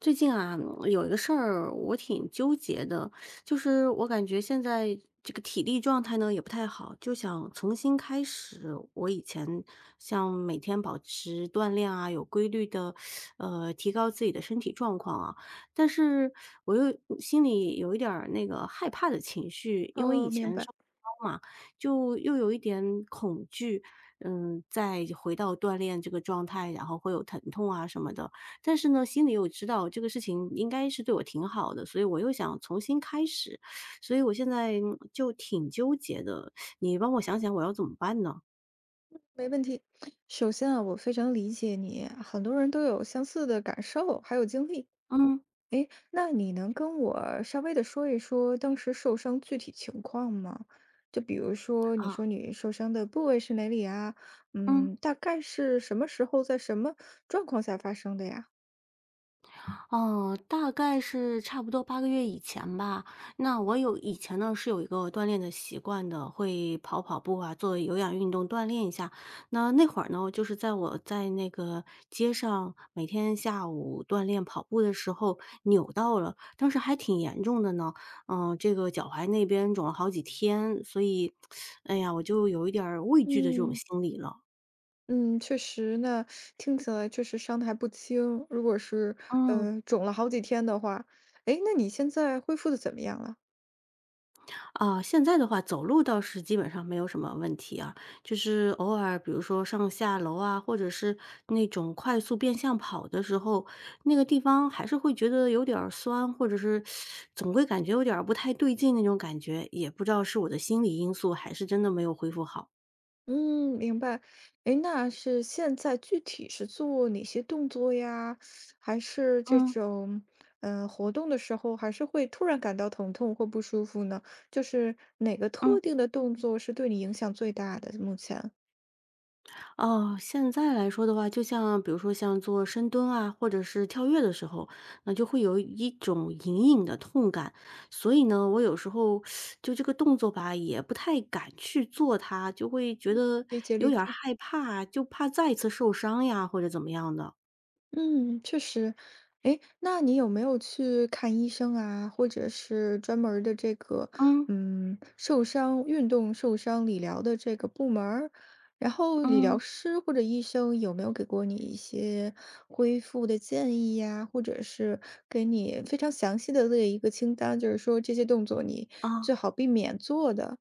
最近啊，嗯有一个事儿我挺纠结的，就是我感觉现在这个体力状态呢也不太好，就想重新开始我以前像每天保持锻炼啊，有规律的，提高自己的身体状况啊。但是我又心里有一点儿那个害怕的情绪，因为以哦，明前白，受伤嘛，就又有一点恐惧，嗯，再回到锻炼这个状态，然后会有疼痛啊什么的。但是呢，心里又知道这个事情应该是对我挺好的，所以我又想重新开始，所以我现在嗯就挺纠结的，你帮我想想我要怎么办呢？没问题。首先啊，我非常理解你，很多人都有相似的感受，还有经历。嗯，那你能跟我稍微的说一说当时受伤具体情况吗？就比如说，你啊，说你受伤的部位是哪里啊？嗯。嗯，大概是什么时候，在什么状况下发生的呀？哦，大概是差不多8个月以前吧。那我有以前呢，是有一个锻炼的习惯的，会跑跑步啊，做有氧运动锻炼一下。那那会儿呢，就是在我在那个街上每天下午锻炼跑步的时候扭到了，当时还挺严重的呢。嗯，这个脚踝那边肿了好几天，所以，哎呀，我就有一点儿畏惧的这种嗯心理了。嗯，确实呢，听起来确实伤的还不轻。如果是嗯。肿了好几天的话，诶，那你现在恢复的怎么样了？啊，现在的话，走路倒是基本上没有什么问题啊，就是偶尔，比如说上下楼啊，或者是那种快速变向跑的时候，那个地方还是会觉得有点儿酸，或者是总归感觉有点儿不太对劲那种感觉，也不知道是我的心理因素，还是真的没有恢复好。嗯，明白。诶，那是现在具体是做哪些动作呀？还是这嗯种，活动的时候，还是会突然感到疼痛或不舒服呢？就是哪个嗯。特定的动作是对你影响最大的？目前。哦，现在来说的话，就像比如说像做深蹲啊，或者是跳跃的时候，那就会有一种隐隐的痛感。所以呢，我有时候就这个动作吧，也不太敢去做它，就会觉得理解有理点儿解。害怕，就怕再次受伤呀，或者怎么样的。嗯，确实。诶，那你有没有去看医生啊，或者是专门儿的这个，嗯受伤运动受伤理疗的这个部门儿？然后理疗嗯，师或者医生有没有给过你一些恢复的建议呀，或者是给你非常详细的列一个清单，就是说这些动作你啊。最好避免做的？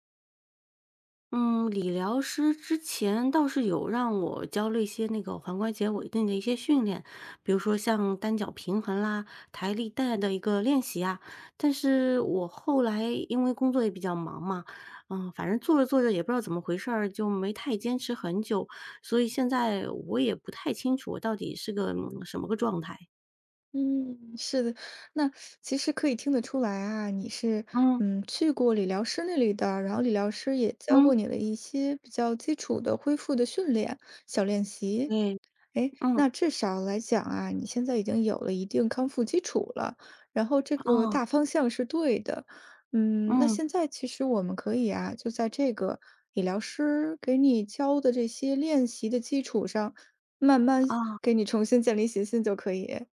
嗯，理疗师之前倒是有让我教了一些那个踝关节稳定的一些训练，比如说像单脚平衡啦、抬力带的一个练习啊。但是我后来因为工作也比较忙嘛，嗯，反正做着做着也不知道怎么回事儿，就没太坚持很久，所以现在我也不太清楚我到底是个嗯什么个状态。嗯，是的。那其实可以听得出来啊，你是嗯去过理疗师那里的，然后理疗师也教嗯，过你了一些比较基础的恢复的训练、小练习。对，哎，那嗯，至少来讲啊，你现在已经有了一定康复基础了，然后这个哦，大方向是对的。嗯，那嗯，现在其实我们可以啊，就在这个理疗师给你教的这些练习的基础上，慢慢啊给你重新建立信心就可以。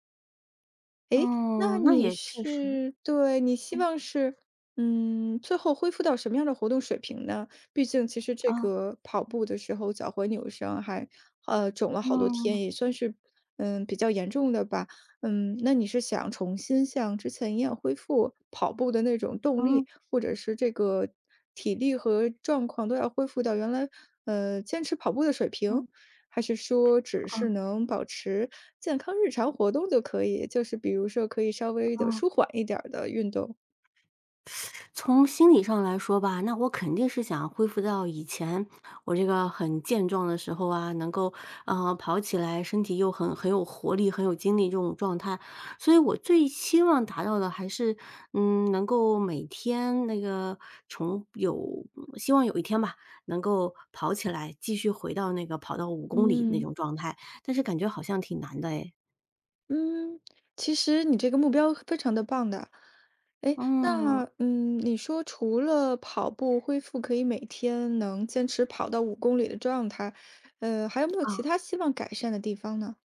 那嗯，那你也确实，是对，你希嗯，望是，嗯，最后恢复到什么样的活动水平呢？毕竟其实这哦，个跑步的时候脚踝扭伤还，肿了好多嗯天，也算是，比较严重的吧。嗯，那你是想重新像之前一样恢复跑步的那种动嗯。力，或者是这个体力和状况都要恢复到原来，坚持跑步的水平？嗯，还是说只哦是能保持健康日常活动就可以？就是比如说可以稍微的哦，舒缓一点儿的运动。从心理上来说吧，那我肯定是想恢复到以前我这个很健壮的时候啊，能够跑起来，身体又很有活力、很有精力这种状态。所以我最希望达到的还是，嗯，能够每天那个从有希望有一天吧，能够跑起来，继续回到那个跑到5公里那嗯，种状态。但是感觉好像挺难的诶。嗯，其实你这个目标非常的棒的。哎，嗯，那你说除了跑步恢复可以每天能坚持跑到5公里的状态，还有没有啊。其他希望改善的地方呢？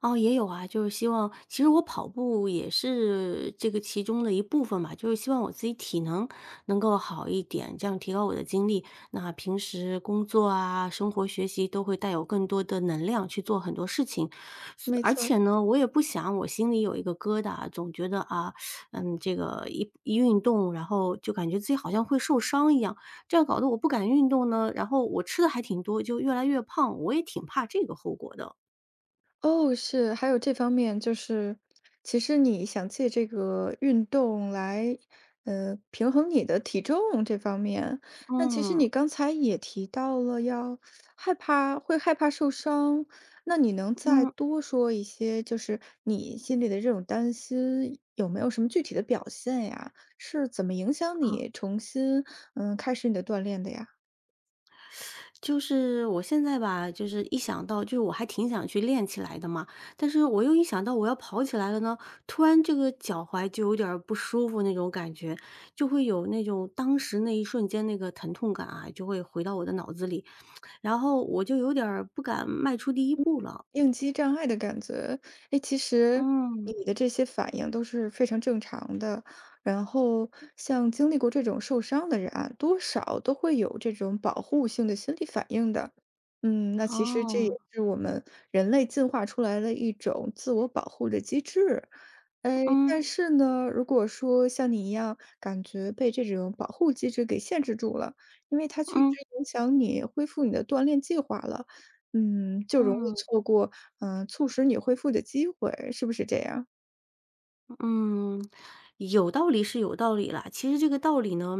哦，也有啊，就是希望其实我跑步也是这个其中的一部分吧，就是希望我自己体能能够好一点，这样提高我的精力。那平时工作啊、生活、学习都会带有更多的能量去做很多事情，是没而错。且呢，我也不想我心里有一个疙瘩，总觉得啊，嗯，这个一运动，然后就感觉自己好像会受伤一样，这样搞得我不敢运动呢，然后我吃的还挺多，就越来越胖，我也挺怕这个后果的。哦，是，还有这方面，就是其实你想借这个运动来，平衡你的体重这方面。那其实嗯。你刚才也提到了要害怕，会害怕受伤，那你能再嗯，多说一些，就是你心里的这种担心有没有什么具体的表现呀？是怎么影响好，你重新开始你的锻炼的呀？就是我现在吧，就是一想到，就是我还挺想去练起来的嘛，但是我又一想到我要跑起来了呢，突然这个脚踝就有点儿不舒服那种感觉，就会有那种当时那一瞬间那个疼痛感啊，就会回到我的脑子里，然后我就有点儿不敢迈出第一步了。应激障碍的感觉。哎，其实嗯，你的这些反应都是非常正常的。然后像经历过这种受伤的人啊，多少都会有这种保护性的心理反应的。嗯，那其实这也好，是我们人类进化出来的一种自我保护的机制。哎，嗯但是呢，如果说像你一样感觉被这种保护机制给限制住了，因为它确实嗯影响你恢复你的锻炼计划了。嗯，就容易嗯。错过，促使你恢复的机会，是不是这样？嗯，有道理是有道理啦。其实这个道理呢，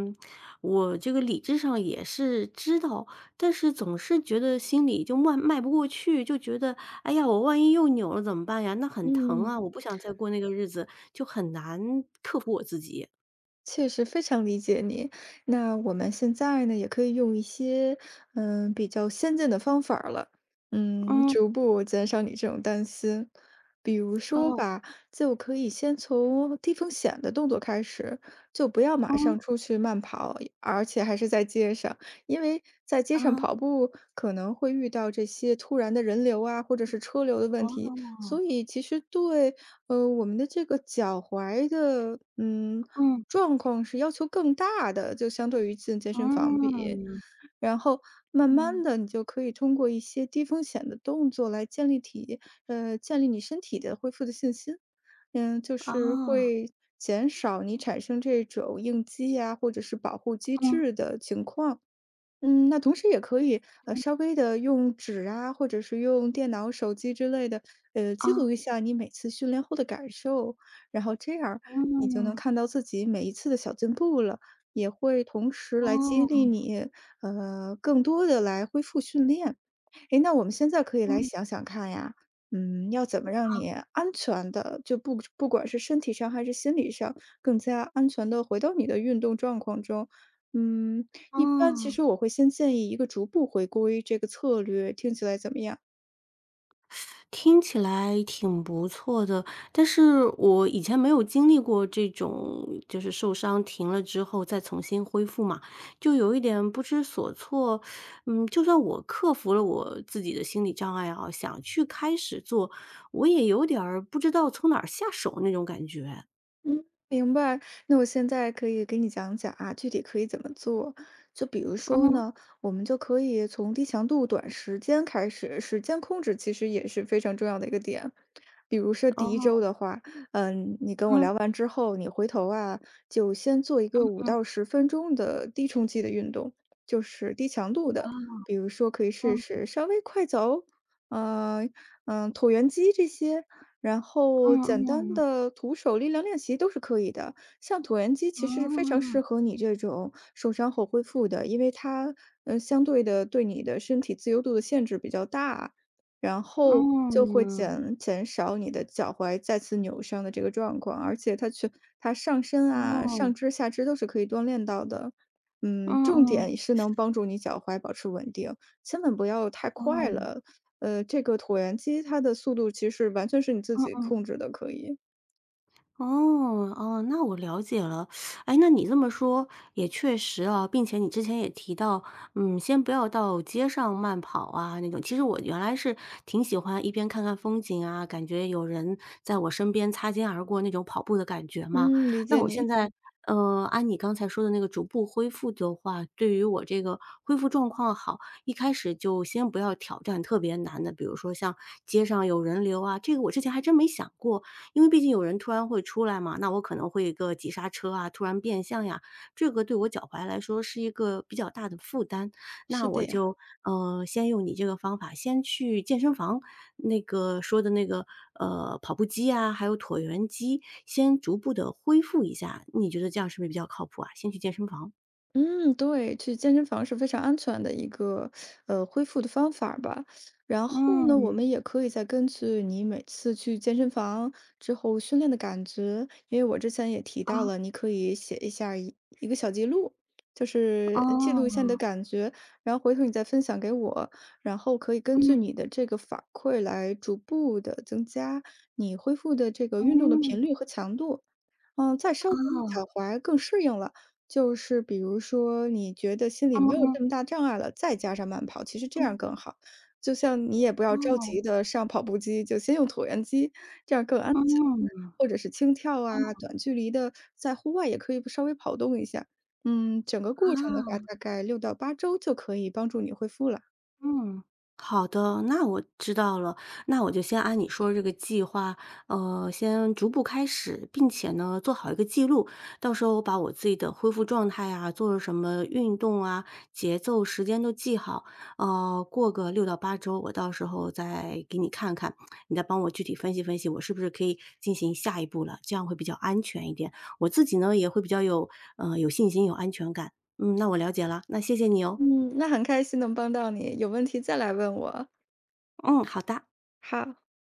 我这个理智上也是知道，但是总是觉得心里就迈不过去，就觉得哎呀，我万一又扭了怎么办呀？那很疼啊，嗯。我不想再过那个日子，就很难克服我自己。确实非常理解你。那我们现在呢，也可以用一些比较先进的方法儿了，嗯，嗯，逐步减少你这种担心。比如说哦，吧，就可以先从低风险的动作开始，就不要马嗯，上出去慢跑，而且还是在街上，因为在街上啊，跑步可能会遇到这些突然的人流啊，或者是车流的问题，哦，所以其实对我们的这个脚踝的，嗯，状况是要求更大的，就相对于进健身房比。嗯，然后慢慢嗯，的，你就可以通过一些低风险的动作来建立你身体的恢复的信心。嗯，就啊，是会减少你产生这种应激呀、或者是保护机嗯，制的情况。嗯，那同时也可以，嗯，稍微的用纸啊，或者是用电脑、手机之类的，记录啊，一下你每次训练后的感受，然后这样儿你就能嗯，看到自己每一次的小进步了，也会同时来激励哦，你，更多的来恢复训练。诶，那我们现在可以来嗯，想想看呀，嗯，要怎么让啊，你安全的，就不管是身体上还是心理上，更加安全的回到你的运动状况中。嗯，一般其嗯。实我会先建议一个逐步回归这个策略，听起来怎么样？听起来挺不错的，但是我以前没有经历过这种，就是受伤停了之后再重新恢复嘛，就有一点不知所措。嗯，就算我克服了我自己的心理障碍啊，想去开始做，我也有点儿不知道从哪儿下手那种感觉。嗯，明白。那我现在可以给你讲讲啊，具体可以怎么做。就比如说嗯，呢，我们就可以从低强度、短时间开始，时间控制其实也是非常重要的一个点。比如说第一哦，周的话，嗯，你跟我嗯聊完之后，你回头啊，就先做一个五嗯，到十分钟的低冲击的运动，就是低强度啊，的，比如说可以试嗯试稍微快走，嗯、椭圆机这些，然后嗯简单嗯，的徒手力量练习都是可以的，像椭圆机其实是非常嗯适合你这种受伤后恢复的，因为它相对的对你的身体自由度的限制比较大，然嗯后就会嗯，减少你的脚踝再次扭伤的这个状况，而且它上身嗯啊、上嗯肢、下肢都是可以锻炼到的。嗯，重嗯，点是能帮助你脚踝保持稳定，千万不要太快嗯了，这个椭圆机它的速度其实完全是你自嗯己嗯。控制的，可以。哦，哦，那我了解了。哎，那你这么说也确实啊，并且你之前也提到，嗯，先不要到街上慢跑啊那种。其实我原来是挺喜欢一边看看风景啊，感觉有人在我身边擦肩而过那种跑步的感觉嘛。嗯，理那解我现你，在，按你刚才说的那个逐步恢复的话，对于我这个恢复状况好，一开始就先不要挑战特别难的，比如说像街上有人流啊，这个我之前还真没想过。因为毕竟有人突然会出来嘛，那我可能会一个急刹车啊，突然变向呀，这个对我脚踝来说是一个比较大的负担。那是我的呀。就，先用你这个方法，先去健身房那个说的那个，跑步机啊，还有椭圆机，先逐步的恢复一下，你觉得这样是不是比较靠谱啊？先去健身房。嗯，对，去健身房是非常安全的一个恢复的方法儿吧。然后呢，我嗯，们也可以再根据你每次去健身房之后训练的感觉，因为我之前也提啊到了，你可以写一下儿一个小记录，就是记录一下哦，你的感觉，然后回头你再分享给我，然后可以根据嗯，你的这个反馈来逐步的增加你恢复的这个运动的嗯，频率和强度。嗯，再稍等你脚哦，踝更适应了。就是比如说你觉得心嗯里没有嗯这么大障碍了，再加上慢跑，其实这嗯，样更好。就像你也不要着哦，急的上跑步机，就先用椭圆机，这样更安全。嗯，或者是轻跳哦，啊，短距离的在户外也可以稍微跑动一下。嗯，整个过程的话，啊。大概6到8周就可以帮助你恢复了。嗯，好的，那我知道了，那我就先按你说这个计划，先逐步开始，并且呢，做好一个记录，到时候我把我自己的恢复状态啊，做了什么运动啊，节奏、时间都记好，过个6到8周，我到时候再给你看看，你再帮我具体分析分析，我是不是可以进行下一步了，这样会比较安全一点，我自己呢也会比较有，有信心、有安全感。嗯，那我了解了，那谢谢你哦。嗯，那很开心能帮到你，有问题再来问我，嗯，好的。好。